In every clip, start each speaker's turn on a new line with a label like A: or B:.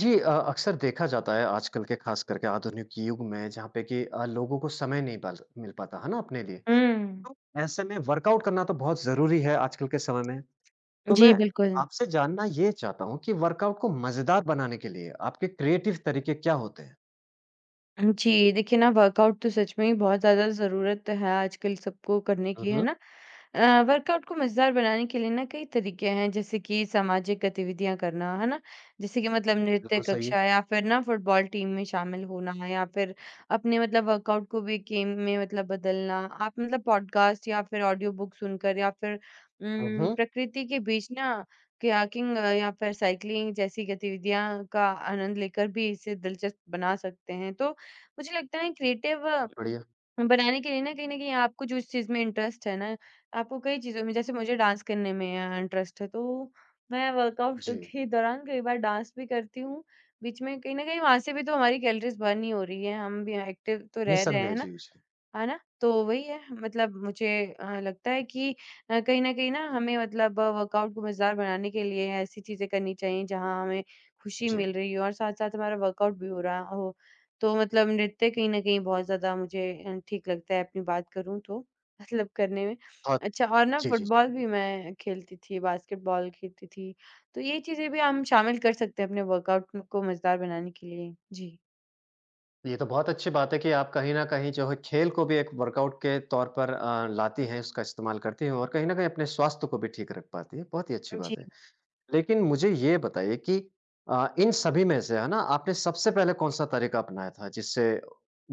A: जी अक्सर देखा जाता है आजकल के ख़ास करके आधुनिक युग में जहाँ पे कि लोगों को समय नहीं पल मिल पाता है ना अपने लिए।
B: हुँ।
A: तो ऐसे में वर्कआउट करना तो बहुत ज़रूरी है आजकल के समय में। तो मैं
B: जी, बिल्कुल।
A: आपसे जानना ये चाहता हूँ कि वर्कआउट को मज़ेदार बनाने के लिए आपके क्रिएटिव तरीके क्या होते हैं?
B: जी, देखिए ना वर्कआउट तो सच में ही बहुत ज़्यादा ज़रूरत है आजकल सबको करने
A: हुँ,
B: की, है
A: हुँ।
B: ना? वर्कआउट को मज़ेदार बनाने के लिए ना कई तरीके हैं जैसे कि सामाजिक गतिविधियां करना, है ना? जैसे कि मतलब नृत्य
A: बिल्कुल सही।
B: कक्षा या फिर ना फुटबॉल टीम में शामिल होना या फिर अपने मतलब वर्कआउट को भी गेम में मतलब बदलना। आप मतलब पॉडकास्ट या फिर ऑडियो बुक सुनकर या फिर
A: हुँ, हुँ।
B: प्रकृति के बीच ना कयाकिंग या फिर साइकिलिंग जैसी गतिविधियां का आनंद लेकर भी इसे दिलचस्प बना सकते हैं। तो मुझे लगता है क्रिएटिव
A: बहुत बढ़िया।
B: बनाने के लिए ना कहीं न कहीं आपको जो इस चीज़ में इंटरेस्ट है ना, आपको कई चीज़ों में जैसे मुझे डांस करने में इंटरेस्ट है, तो मैं वर्कआउट
A: जी।
B: के दौरान कई बार डांस भी करती हूँ। बीच में कहीं न कहीं वहाँ से भी तो हमारी कैलोरीज़ बर्न ही हो रही है, हम भी एक्टिव तो रह रहे
A: निसंदेह।
B: हैं ना।
A: जी, जी।
B: है ना? तो वही है मतलब मुझे लगता है कि कहीं न कहीं ना हमें मतलब वर्कआउट को मज़ेदार बनाने के लिए ऐसी चीज़ें करनी चाहिए जहाँ हमें खुशी
A: जी।
B: मिल रही हो और साथ-साथ हमारा वर्कआउट भी हो रहा हो। तो मतलब नृत्य कहीं न कहीं बहुत ज़्यादा मुझे ठीक लगता है अपनी बात करूँ तो मतलब करने में।
A: बहुत
B: अच्छा और ना
A: जी, जी, जी।
B: फुटबॉल भी मैं खेलती थी, बास्केटबॉल खेलती थी। तो ये चीज़ें भी हम शामिल कर सकते हैं अपने वर्कआउट को मज़ेदार बनाने के लिए। जी।
A: ये तो बहुत अच्छी बात है कि आप कहीं न कहीं जो है खेल को भी एक वर्कआउट के तौर पर लाती हैं, उसका इस्तेमाल करती हैं और कहीं न कहीं अपने स्वास्थ्य को भी ठीक रख पाती हैं, बहुत ही अच्छी
B: जी।
A: बात है। लेकिन मुझे ये बताइए कि इन सभी में से है ना आपने सबसे पहले कौन-सा तरीका अपनाया था जिससे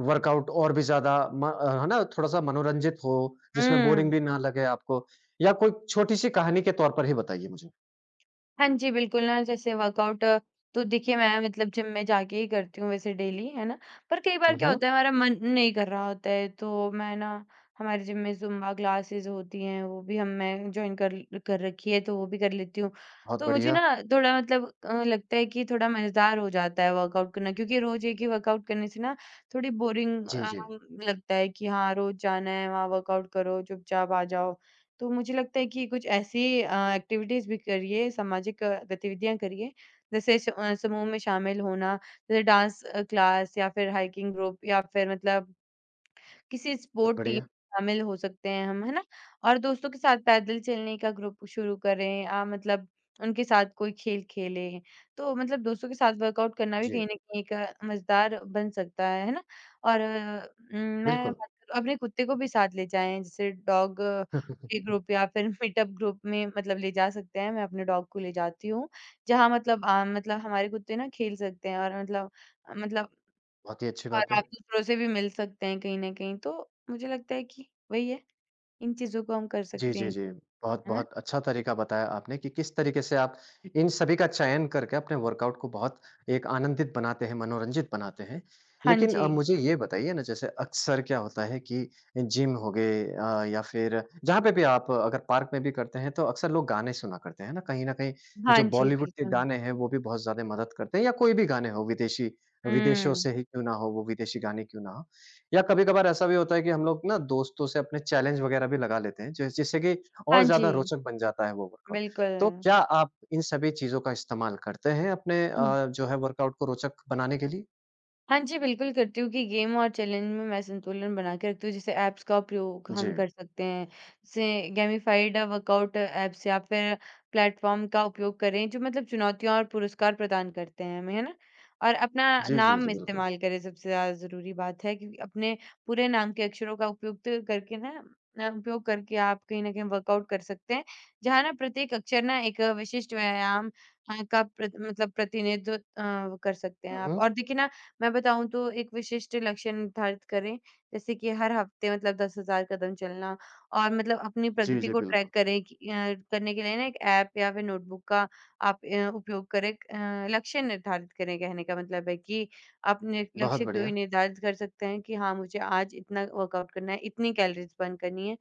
A: वर्कआउट और भी ज़्यादा है ना थोड़ा-सा मनोरंजित हो, जिसमें बोरिंग
B: हुँ।
A: भी ना लगे आपको या कोई छोटी-सी कहानी के तौर पर ही बताइए मुझे?
B: हाँ जी, बिल्कुल ना जैसे वर्कआउट तो देखिए मैं मतलब जिम में जाके ही करती हूँ वैसे डेली, है ना? पर कई बार
A: हुँ,
B: क्या
A: हुँ।
B: होता है हमारा मन नहीं कर रहा होता है तो मैं ना हमारे जिम में ज़ुम्बा क्लासेस होती हैं वो भी हम मैं जॉइन कर रखी है तो वो भी कर लेती हूँ।
A: बहुत
B: तो मुझे
A: बढ़िया।
B: ना थोड़ा मतलब लगता है कि थोड़ा मज़ेदार हो जाता है वर्कआउट करना क्योंकि रोज़ एक ही वर्कआउट करने से ना थोड़ी बोरिंग
A: जी, जी।
B: लगता है कि हाँ, रोज़ जाना है वहाँ वर्कआउट करो, चुपचाप आ जाओ। तो मुझे लगता है कि कुछ ऐसी एक्टिविटीज़ भी करिए, सामाजिक गतिविधियाँ करिए, जैसे समूह में शामिल होना, जैसे डांस क्लास या फिर हाइकिंग ग्रुप या फिर मतलब किसी
A: बहुत
B: स्पोर्ट टीम
A: बढ़िया।
B: में शामिल हो सकते हैं हम, है ना? और दोस्तों के साथ पैदल चलने का ग्रुप शुरू करें मतलब उनके साथ कोई खेल खेलें। तो मतलब दोस्तों के साथ वर्कआउट करना भी कहीं
A: जी,
B: न कहीं एक मज़ेदार बन सकता है ना? और मैं
A: बिल्कुल।
B: बात करूँ अपने कुत्ते को भी साथ ले जाएँ जैसे डॉग के ग्रुप या फिर मीटअप ग्रुप में मतलब ले जा सकते हैं। मैं अपने डॉग को ले जाती हूँ, जहाँ मतलब हमारे कुत्ते ना खेल सकते हैं और मतलब
A: बहुत ही अच्छी
B: और
A: बात है।
B: आप दूसरों से भी मिल सकते हैं कहीं न कहीं, तो मुझे लगता है कि वही है, इन चीज़ों को हम कर
A: जी,
B: सकते
A: जी,
B: हैं,
A: जी।
B: है ना?
A: बहुत-बहुत अच्छा तरीका बताया आपने कि किस तरीके से आप इन सभी का चयन करके अपने वर्कआउट को बहुत एक आनंदित बनाते हैं, मनोरंजित बनाते हैं।
B: हाँ
A: लेकिन
B: जी।
A: मुझे ये बताइए ना जैसे अक्सर क्या होता है कि जिम हो गए या फिर जहाँ पे भी आप अगर पार्क में भी करते हैं तो अक्सर लोग गाने सुना करते हैं ना, कहीं न कहीं
B: हाँ
A: जो
B: जी,
A: बॉलीवुड के
B: बिल्कुल।
A: गाने हैं वो भी बहुत ज़्यादा मदद करते हैं या कोई भी गाने हो विदेशी विदेशों
B: हुँ।
A: से ही क्यों ना हो, वो विदेशी गाने क्यों ना हो। या कभी-कभार ऐसा भी होता है कि हम लोग ना दोस्तों से अपने चैलेंज वगैरह भी लगा लेते हैं, जिससे कि और
B: हाँ
A: ज़्यादा
B: जी,
A: रोचक बन जाता है वो वर्कआउट।
B: बिल्कुल।
A: तो क्या आप इन सभी चीज़ों का इस्तेमाल करते हैं अपने जो है वर्कआउट को रोचक बनाने के लिए?
B: हाँ जी, बिल्कुल करती हूँ कि गेम और चैलेंज में मैं संतुलन बना के रखती हूँ। जैसे ऐप्स का उपयोग
A: जी।
B: हम कर सकते हैं, जैसे गेमिफाइड वर्कआउट ऐप्स या फिर प्लेटफ़ॉर्म का उपयोग करें, जो मतलब चुनौतियाँ और पुरस्कार प्रदान करते हैं हमें, है ना? और अपना
A: जी, जी,
B: नाम
A: जी, बिल्कुल।
B: इस्तेमाल करें, सबसे ज़्यादा ज़रूरी बात है क्योंकि अपने पूरे नाम के अक्षरों का उपयोग तो करके ना उपयोग करके आप कहीं न कहीं वर्कआउट कर सकते हैं, जहाँ ना प्रत्येक अक्षर ना एक विशिष्ट व्यायाम का प्रत मतलब प्रतिनिधित्व वो कर सकते हैं
A: हुँ,
B: आप।
A: हुँ।
B: और देखिए ना मैं बताऊँ तो एक विशिष्ट लक्ष्य निर्धारित करें, जैसे कि हर हफ्ते मतलब 10,000 कदम चलना और मतलब अपनी
A: जी,
B: प्रगति
A: जी,
B: को
A: बिल्कुल।
B: ट्रैक करें कि करने के लिए ना एक ऐप या फिर नोटबुक का आप उपयोग करें। लक्ष्य निर्धारित करें कहने का मतलब है कि अपने
A: बहुत
B: लक्ष्य को
A: बढ़िया।
B: भी निर्धारित कर सकते हैं कि हाँ, मुझे आज इतना वर्कआउट करना है, इतनी कैलोरीज़ बर्न करनी है।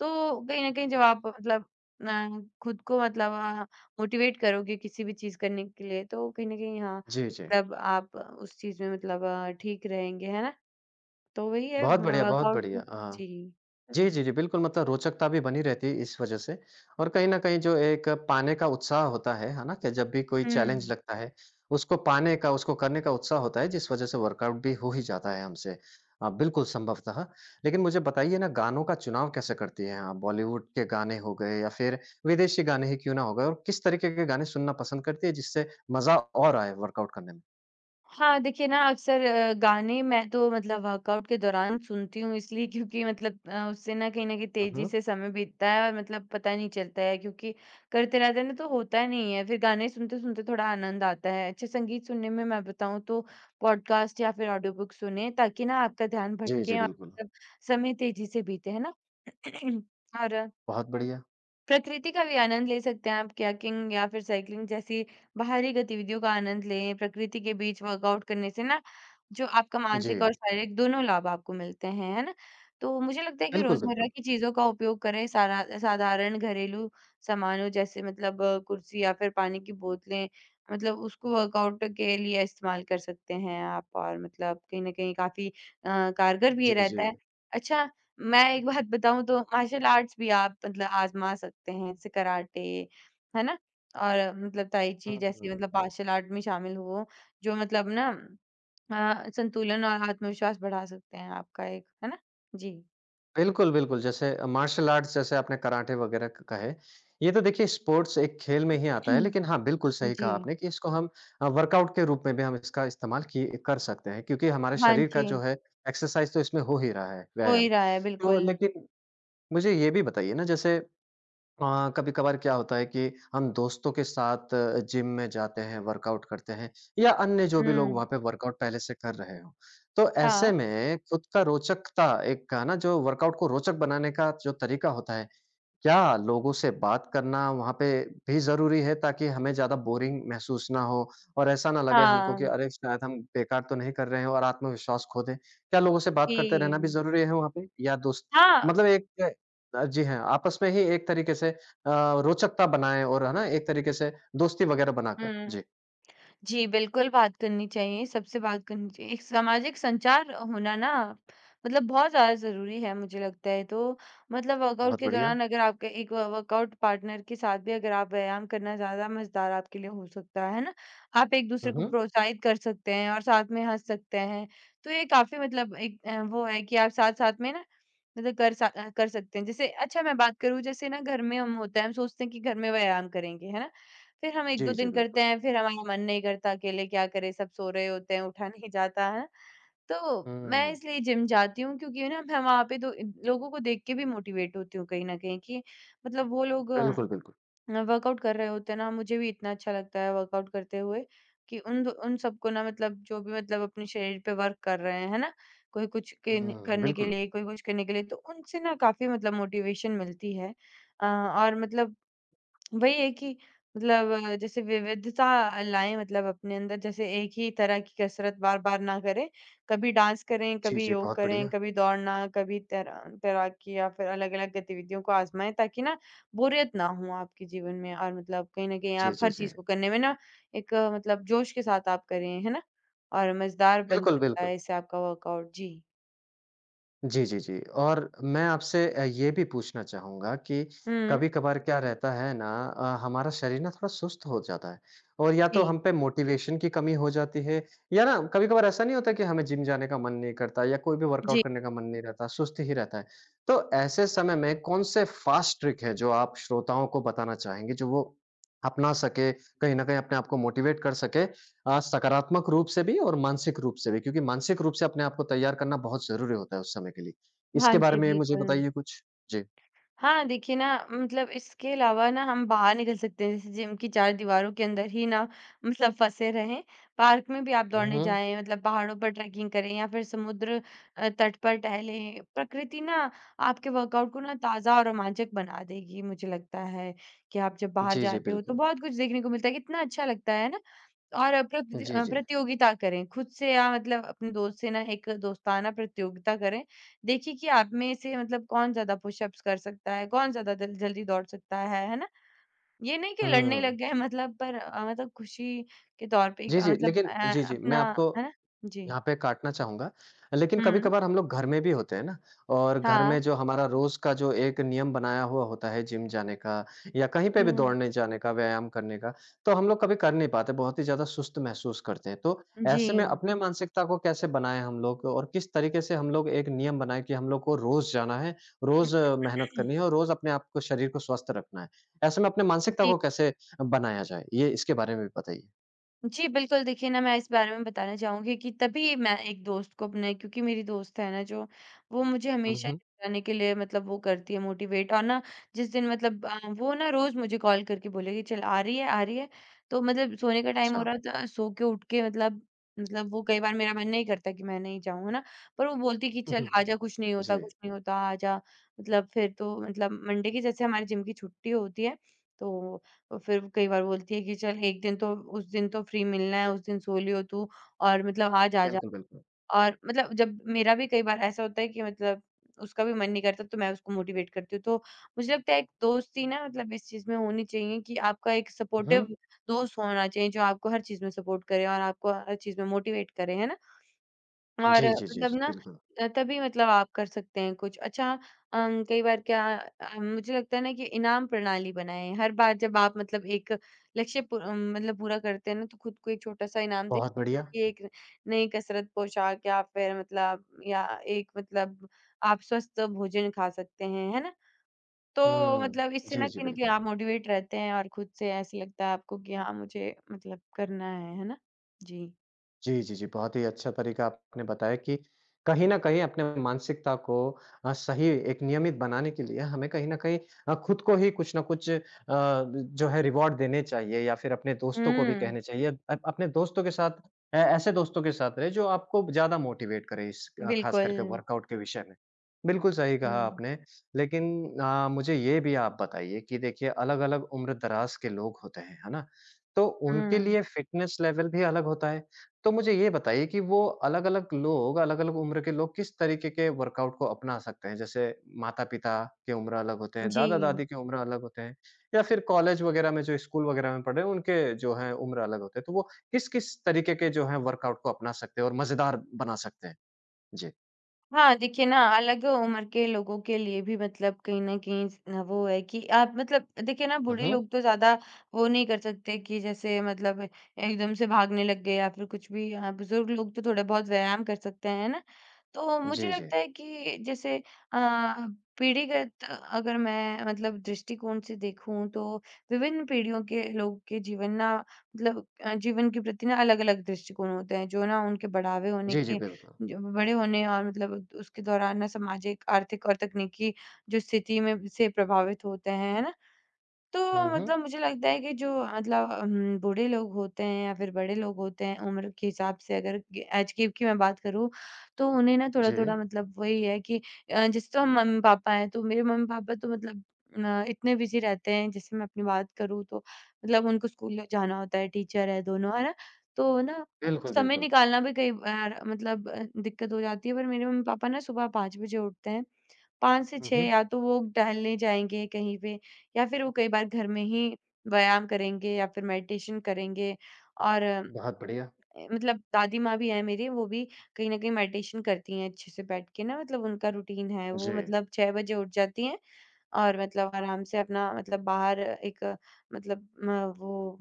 B: तो कहीं न कहीं जब आप मतलब अ, खुद को मतलब मोटिवेट करोगे किसी भी चीज़ करने के लिए तो कहीं न कहीं हाँ,
A: जी, जी।
B: मतलब आप उस चीज़ में मतलब ठीक रहेंगे, है ना? तो वही है
A: बहुत बढ़िया, बहुत
B: वर्कआउट
A: बढ़िया। हाँ।
B: जी।
A: जी, जी, जी। बिल्कुल, मतलब रोचकता भी बनी रहती है इस वजह से और कहीं न कहीं जो एक पाने का उत्साह होता है ना? कि जब भी कोई चैलेंज
B: हुँ।
A: लगता है, उसको पाने का, उसको करने का उत्साह होता है, जिस वजह से वर्कआउट भी हो ही जाता है हमसे। बिल्कुल संभवतः। लेकिन मुझे बताइए ना, गानों का चुनाव कैसे करती हैं आप? बॉलीवुड के गाने हो गए या फिर विदेशी गाने ही क्यों ना हो गए और किस तरीके के गाने सुनना पसंद करती है, जिससे मज़ा और आए वर्कआउट करने में?
B: हाँ, देखिए ना अक्सर गाने मैं तो मतलब वर्कआउट के दौरान सुनती हूँ इसलिए क्योंकि मतलब उससे ना कहीं न कहीं
A: हुँ,
B: तेज़ी
A: हुँ।
B: से समय बीतता है और मतलब पता नहीं चलता है क्योंकि करते रहते हैं ना तो होता नहीं है। फिर गाने सुनते-सुनते थोड़ा आनंद आता है। अच्छा संगीत सुनने में मैं बताऊँ तो पॉडकास्ट या फिर ऑडियो बुक सुनें ताकि ना आपका ध्यान
A: जी, जी,
B: भटके और
A: बिल्कुल।
B: मतलब समय तेज़ी से बीते, है ना? और
A: बहुत बढ़िया।
B: प्रकृति का भी आनंद ले सकते हैं आप कायाकिंग या फिर साइकिलिंग जैसी बाहरी गतिविधियों का आनंद लें। प्रकृति के बीच वर्कआउट करने से ना जो आपका
A: जी।
B: मानसिक और शारीरिक दोनों लाभ आपको मिलते हैं, है ना? तो मुझे लगता है कि
A: बिल्कुल,
B: रोज़मर्रा
A: बिल्कुल।
B: की चीज़ों का उपयोग करें, सारा साधारण घरेलू सामानों जैसे मतलब कुर्सी या फिर पानी की बोतलें मतलब उसको वर्कआउट के लिए इस्तेमाल कर सकते हैं आप और मतलब कहीं न कहीं काफ़ी कारगर भी
A: जी,
B: ये
A: जी।
B: रहता है। अच्छा मैं एक बात बताऊँ तो मार्शल आर्ट्स भी आप मतलब आज़मा सकते हैं, जैसे कराटे, है ना? और मतलब ताइ ची जैसी
A: हुँ।
B: मतलब मार्शल आर्ट में शामिल हो, जो मतलब ना संतुलन और आत्मविश्वास बढ़ा सकते हैं आपका एक, है ना? जी।
A: बिल्कुल, बिल्कुल। जैसे मार्शल आर्ट्स जैसे आपने कराटे वगैरह क कहे, ये तो देखिए स्पोर्ट्स एक खेल में ही आता है, लेकिन
B: हम्म।
A: हाँ, बिल्कुल सही कहा
B: जी।
A: आपने कि इसको हम वर्कआउट के रूप में भी हम इसका इस्तेमाल किए कर सकते हैं क्योंकि हमारे
B: हाँ
A: शरीर का
B: जी,
A: जो है एक्सरसाइज़ तो इसमें हो ही रहा है,
B: हो
A: व्यायाम।
B: ही रहा है,
A: तो
B: बिल्कुल।
A: लेकिन मुझे ये भी बताइए ना जैसे हाँ, कभी-कभार क्या होता है कि हम दोस्तों के साथ जिम में जाते हैं, वर्कआउट करते हैं या अन्य जो भी लोग
B: हुँ,
A: वहाँ पे वर्कआउट पहले से कर रहे हों। तो ऐसे
B: हाँ,
A: में खुद का रोचकता एक का ना जो वर्कआउट को रोचक बनाने का जो तरीका होता है, क्या लोगों से बात करना वहाँ पे भी ज़रूरी है ताकि हमें ज़्यादा बोरिंग महसूस ना हो और ऐसा ना लगे हमको
B: हाँ,
A: कि अरे! शायद हम बेकार तो नहीं कर रहे हैं और आत्मविश्वास खो दें। क्या लोगों से बात करते रहना भी
B: जी।
A: ज़रूरी है वहाँ पे या दोस्त
B: हाँ,
A: मतलब एक जी हाँ, आपस में ही एक तरीके से रोचकता बनाएँ और है ना, एक तरीके से दोस्ती वगैरह बनाकर।
B: हुँ।
A: जी,
B: जी, बिल्कुल बात करनी चाहिए, सबसे बात करनी चाहिए। एक सामाजिक संचार होना ना मतलब बहुत ज़्यादा ज़रूरी है मुझे लगता है। तो मतलब वर्कआउट
A: बहुत
B: के
A: बढ़िया।
B: दौरान अगर आपके एक व वर्कआउट पार्टनर के साथ भी अगर आप व्यायाम करना ज़्यादा मज़ेदार आपके लिए हो सकता है ना? आप
A: हुँ,
B: एक-दूसरे को
A: हुँ।
B: प्रोत्साहित कर सकते हैं और साथ में हँस सकते हैं। तो ये काफ़ी मतलब एक वो है कि आप साथ-साथ में ना मतलब कर सकते हैं। जैसे अच्छा मैं बात करूँ जैसे ना घर में हम होता है, हम सोचते हैं कि घर में व्यायाम करेंगे, है ना? फिर हम
A: जी,
B: 1-2
A: जी,
B: दिन करते
A: बिल्कुल।
B: हैं, फिर हमारा मन नहीं करता, अकेले क्या करें, सब सो रहे होते हैं, उठा नहीं जाता है। तो मैं
A: हुँ,
B: इसलिए जिम जाती हूँ क्योंकि ना मैं वहाँ पे तो लोगों को देख के भी मोटिवेट होती हूँ कहीं न कहीं कि मतलब वो लोग
A: बिल्कुल, बिल्कुल।
B: वर्कआउट कर रहे होते हैं ना, मुझे भी इतना अच्छा लगता है वर्कआउट करते हुए कि उन सबको ना मतलब जो भी मतलब अपने शरीर पे वर्क कर रहे हैं, है ना? कोई कुछ केन
A: हुँ,
B: करने के
A: बिल्कुल।
B: लिए, कोई कुछ करने के लिए, तो उनसे ना काफ़ी मतलब मोटिवेशन मिलती है। और मतलब वही है कि मतलब जैसे विविधता लाएँ मतलब अपने अंदर, जैसे एक ही तरह की कसरत बार-बार ना करें। कभी डांस करें,
A: जी,
B: कभी
A: जी,
B: योग
A: बहुत
B: करें,
A: बढ़िया।
B: कभी दौड़ना, कभी तैराकी या फिर अलग-अलग गतिविधियों को आज़माएँ ताकि ना बोरियत ना हो आपके जीवन में और मतलब कहीं न कहीं
A: जी,
B: आप
A: जी,
B: हर
A: जी।
B: चीज़ को करने में ना एक मतलब जोश के साथ आप करें, है ना? और मज़ेदार बन
A: बिल्कुल,
B: सकता
A: बिल्कुल।
B: है इससे आपका वर्कआउट। जी।
A: जी, जी, जी। और मैं आपसे ये भी पूछना चाहूँगा कि
B: हुँ।
A: कभी-कभार क्या रहता है ना हमारा शरीर ना थोड़ा सुस्त हो जाता है और या तो
B: जी।
A: हम पे मोटिवेशन की कमी हो जाती है या ना कभी-कभार ऐसा नहीं होता कि हमें जिम जाने का मन नहीं करता या कोई भी वर्कआउट
B: जी।
A: करने का मन नहीं रहता, सुस्त ही रहता है। तो ऐसे समय में कौन-से फ़ास्ट ट्रिक है जो आप श्रोताओं को बताना चाहेंगे, जो वो अपना सके, कहीं न कहीं अपने आप को मोटिवेट कर सके सकारात्मक रूप से भी और मानसिक रूप से भी क्योंकि मानसिक रूप से अपने आप को तैयार करना बहुत ज़रूरी होता है उस समय के लिए।
B: हाँ
A: इसके बारे
B: जी,
A: में मुझे
B: बिल्कुल।
A: बताइए कुछ? जी।
B: हाँ, देखिए ना मतलब इसके अलावा ना हम बाहर निकल सकते हैं, जैसे जिम की चार दीवारों के अंदर ही ना मतलब फँसे रहें। पार्क में भी आप
A: हुँ,
B: दौड़ने
A: हुँ।
B: जाएँ, मतलब पहाड़ों पर ट्रैकिंग करें या फिर समुद्र तट पर टहलें। प्रकृति ना आपके वर्कआउट को ना ताज़ा और रोमांचक बना देगी, मुझे लगता है कि आप जब बाहर
A: जी, जी,
B: जाते हो तो
A: बिल्कुल।
B: बहुत कुछ देखने को मिलता है, कितना अच्छा लगता है ना? और
A: जी, जी।
B: प्रतियोगिता करें, खुद से या मतलब अपने दोस्त से ना एक दोस्ताना प्रतियोगिता करें। देखिए कि आप में से मतलब कौन ज़्यादा पुशअप्स कर सकता है, कौन ज़्यादा दल जल्दी दौड़ सकता है ना? ये नहीं कि लड़ने लग
A: हुँ।
B: गए मतलब पर मतलब खुशी के तौर पे एक
A: जी, जी,
B: मतलब
A: लेकिन जी, जी, मैं
B: अपना
A: आपको
B: है ना? जी।
A: यहाँ पे काटना चाहूँगा। लेकिन
B: हुँ।
A: कभी-कभार हम लोग घर में भी होते हैं ना और घर में
B: हाँ।
A: जो हमारा रोज़ का जो एक नियम बनाया हुआ होता है जिम जाने का या कहीं पे भी
B: हुँ।
A: दौड़ने जाने का, व्यायाम करने का, तो हम लोग कभी कर नहीं पाते, बहुत ही ज़्यादा सुस्त महसूस करते हैं। तो
B: जी।
A: ऐसे में अपने मानसिकता को कैसे बनाएँ हम लोग और किस तरीके से हम लोग एक नियम बनाएँ कि हम लोग को रोज़ जाना है, रोज़ मेहनत करनी है और रोज़ अपने आप को शरीर को स्वस्थ रखना है। ऐसे में अपने मानसिकता
B: जी।
A: को कैसे बनाया जाए? ये इसके बारे में भी बताइए।
B: जी, बिल्कुल, देखिए ना, मैं इस बारे में बताना चाहूँगी कि तभी मैं एक दोस्त को अपने क्योंकि मेरी दोस्त है ना जो, वो मुझे
A: हुँ,
B: हमेशा
A: हुँ।
B: चिढ़ाने के लिए मतलब वो करती है मोटिवेट और ना जिस दिन मतलब वो ना रोज़ मुझे कॉल करके बोलेगी, "चल, आ रही है? आ रही है?" तो मतलब सोने का टाइम हो
A: अच्छा।
B: रहा था, सो के उठ के मतलब वो कई बार मेरा मन नहीं करता कि मैं नहीं जाऊँ, है ना? पर वो बोलती कि,
A: हुँ,
B: "चल,
A: हुँ।
B: आजा,
A: जी।
B: कुछ नहीं होता, आजा।" मतलब फिर तो मतलब मंडे की जैसे हमारी जिम की छुट्टी होती है, तो और फिर कई बार बोलती है कि चल एक दिन तो उस दिन तो फ्री मिलना है, उस दिन सो लियो तू और मतलब आज आ जा।
A: बिल्कुल, बिल्कुल।
B: और मतलब जब मेरा भी कई बार ऐसा होता है कि मतलब उसका भी मन नहीं करता तो मैं उसको मोटिवेट करती हूँ। तो मुझे लगता है एक दोस्ती ना मतलब इस चीज़ में होनी चाहिए कि आपका एक
A: हुँ,
B: सपोर्टिव दोस्त होना चाहिए जो आपको हर चीज़ में सपोर्ट करे और आपको हर चीज़ में मोटिवेट करे, है ना? और
A: जी, जी, जी,
B: मतलब
A: जी,
B: ना
A: बिल्कुल।
B: तभी मतलब आप कर सकते हैं कुछ। अच्छा कई बार क्या मुझे लगता है ना कि इनाम प्रणाली बनाएँ। हर बार जब आप मतलब एक लक्ष्य मतलब पूरा करते हैं ना तो खुद को एक छोटा-सा इनाम दें।
A: बहुत बढ़िया।
B: कि एक नई कसरत पोशाक या फिर मतलब या एक मतलब आप स्वस्थ भोजन खा सकते हैं, है ना? तो
A: हुँ।
B: मतलब इससे
A: जी,
B: ना
A: जी,
B: कहीं न कहीं
A: बिल्कुल।
B: आप मोटिवेट रहते हैं और खुद से ऐसे लगता है आपको कि हाँ, मुझे मतलब करना है ना? जी।
A: जी, जी, जी। बहुत ही अच्छा तरीका आपने बताया कि कहीं न कहीं अपने मानसिकता को सही एक नियमित बनाने के लिए हमें कहीं न कहीं खुद को ही कुछ न कुछ जो है रिवॉर्ड देने चाहिए या फिर अपने दोस्तों को भी
B: हुँ,
A: कहने चाहिए। अप अपने दोस्तों के साथ ए ऐसे दोस्तों के साथ रहें जो आपको ज़्यादा मोटिवेट करें इस ख़ास
B: बिल्कुल।
A: करके वर्कआउट के विषय में। बिल्कुल सही
B: हुँ।
A: कहा आपने। लेकिन मुझे ये भी आप बताइए कि देखिए अलग-अलग उम्र दराज़ के लोग होते हैं, है ना? तो उनके
B: हुँ,
A: लिए फ़िटनेस लेवल भी अलग होता है। तो मुझे ये बताइए कि वो अलग-अलग लोग, अलग-अलग उम्र के लोग किस तरीके के वर्कआउट को अपना सकते हैं? जैसे माता-पिता की उम्र अलग होते हैं,
B: जी।
A: दादा-दादी की उम्र अलग होते हैं या फिर कॉलेज वगैरह में जो स्कूल वगैरह में पढ़े हैं, उनके जो हैं उम्र अलग होते हैं। तो वो किस-किस तरीके के जो हैं वर्कआउट को अपना सकते हैं और मज़ेदार बना सकते हैं? जी।
B: हाँ, देखिए ना अलग उम्र के लोगों के लिए भी मतलब कहीं न कहीं स ना वो है कि आप मतलब देखिए ना
A: हुँ,
B: बूढ़े
A: हुँ।
B: लोग तो ज़्यादा वो नहीं कर सकते कि जैसे मतलब एकदम से भागने लग गए या फिर कुछ भी। हाँ, बुज़ुर्ग लोग तो थोड़े बहुत व्यायाम कर सकते हैं, है ना? तो मुझे
A: जी, जी।
B: लगता है कि जैसे अ, पीढ़ीगत अगर मैं मतलब दृष्टिकोण से देखूँ तो विभिन्न पीढ़ियों के लोग के जीवन ना मतलब जीवन के प्रति ना अलग-अलग दृष्टिकोण होते हैं, जो ना उनके बढ़ावे होने
A: जी, जी,
B: के
A: बिल्कुल।
B: जो बड़े होने और मतलब उसके दौरान ना सामाजिक, आर्थिक और तकनीकी जो स्थिति में से प्रभावित होते हैं, है ना? तो
A: हुँ, हुँ।
B: मतलब मुझे लगता है कि जो मतलब बूढ़े लोग होते हैं या फिर बड़े लोग होते हैं उम्र के हिसाब से अगर एज की मैं बात करूँ तो उन्हें ना
A: जी।
B: थोड़ा-थोड़ा मतलब वही है कि जैसे तो मम्मी पापा हैं तो मेरे मम्मी पापा तो मतलब इतने बिजी रहते हैं जैसे मैं अपनी बात करूँ तो मतलब उनको स्कूल जाना होता है, टीचर है दोनों, है ना? तो ना
A: बिल्कुल,
B: समय
A: बिल्कुल।
B: निकालना भी कई बार मतलब दिक्कत हो जाती है पर मेरे मम्मी पापा ना सुबह 5 बजे उठते हैं। 5 से
A: हुँ,
B: 6
A: हुँ।
B: या तो वो टहलने जाएँगे कहीं पे या फिर वो कई बार घर में ही व्यायाम करेंगे या फिर मेडिटेशन करेंगे और
A: बहुत बढ़िया।
B: मतलब दादी माँ भी है मेरी, वो भी कहीं न कहीं मेडिटेशन करती हैं अच्छे से बैठ के ना। मतलब उनका रूटीन है,
A: जी।
B: वो मतलब 6 बजे उठ जाती हैं और मतलब आराम से अपना मतलब बाहर एक मतलब म वो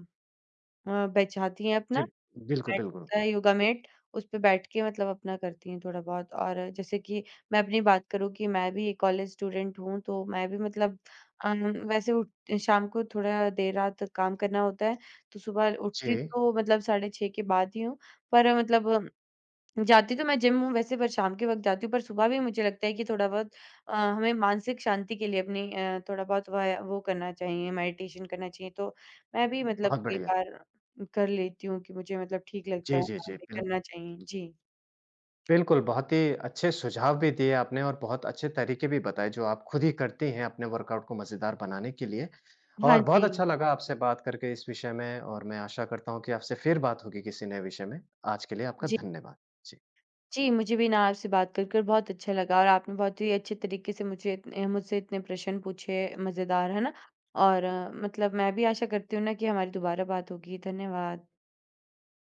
B: बैठाती हैं
A: जी,
B: अपना, जो
A: बिल्कुल,
B: मैट
A: बिल्कुल।
B: होता है, योगा मैट, उस पे बैठ के मतलब अपना करती हैं थोड़ा बहुत। और जैसे कि मैं अपनी बात करूँ कि मैं भी एक कॉलेज स्टूडेंट हूँ, तो मैं भी मतलब अ, वैसे उठ शाम को थोड़ा देर रात काम करना होता है, तो सुबह उठती
A: जी,
B: तो मतलब साढ़े 6 के बाद ही हूँ, पर मतलब जाती तो मैं जिम हूँ वैसे, पर शाम के वक़्त जाती हूँ। पर सुबह भी मुझे लगता है कि थोड़ा-बहुत हमें मानसिक शांति के लिए अपनी थोड़ा-बहुत वह वो करना चाहिए, मेडिटेशन करना चाहिए। तो मैं भी मतलब
A: बहुत
B: कई
A: बढ़िया।
B: बार कर लेती हूँ कि मुझे मतलब ठीक लगता
A: जी,
B: है,
A: जी,
B: हाँ,
A: जी,
B: ये
A: बिल्कुल।
B: करना चाहिए। जी।
A: बिल्कुल, बहुत ही अच्छे सुझाव भी दिए आपने और बहुत अच्छे तरीके भी बताए जो आप खुद ही करती हैं अपने वर्कआउट को मज़ेदार बनाने के लिए।
B: हाँ
A: और बहुत
B: जी।
A: अच्छा लगा आपसे बात करके इस विषय में और मैं आशा करता हूँ कि आपसे फिर बात होगी किसी नए विषय में। आज के लिए आपका
B: जी,
A: धन्यवाद। जी।
B: जी, मुझे भी ना आपसे बात कर कर बहुत अच्छा लगा और आपने बहुत ही अच्छे तरीके से मुझे इतने मुझसे इतने प्रश्न पूछे, मज़ेदार, है ना? और मतलब मैं भी आशा करती हूँ ना कि हमारी दोबारा बात होगी। धन्यवाद।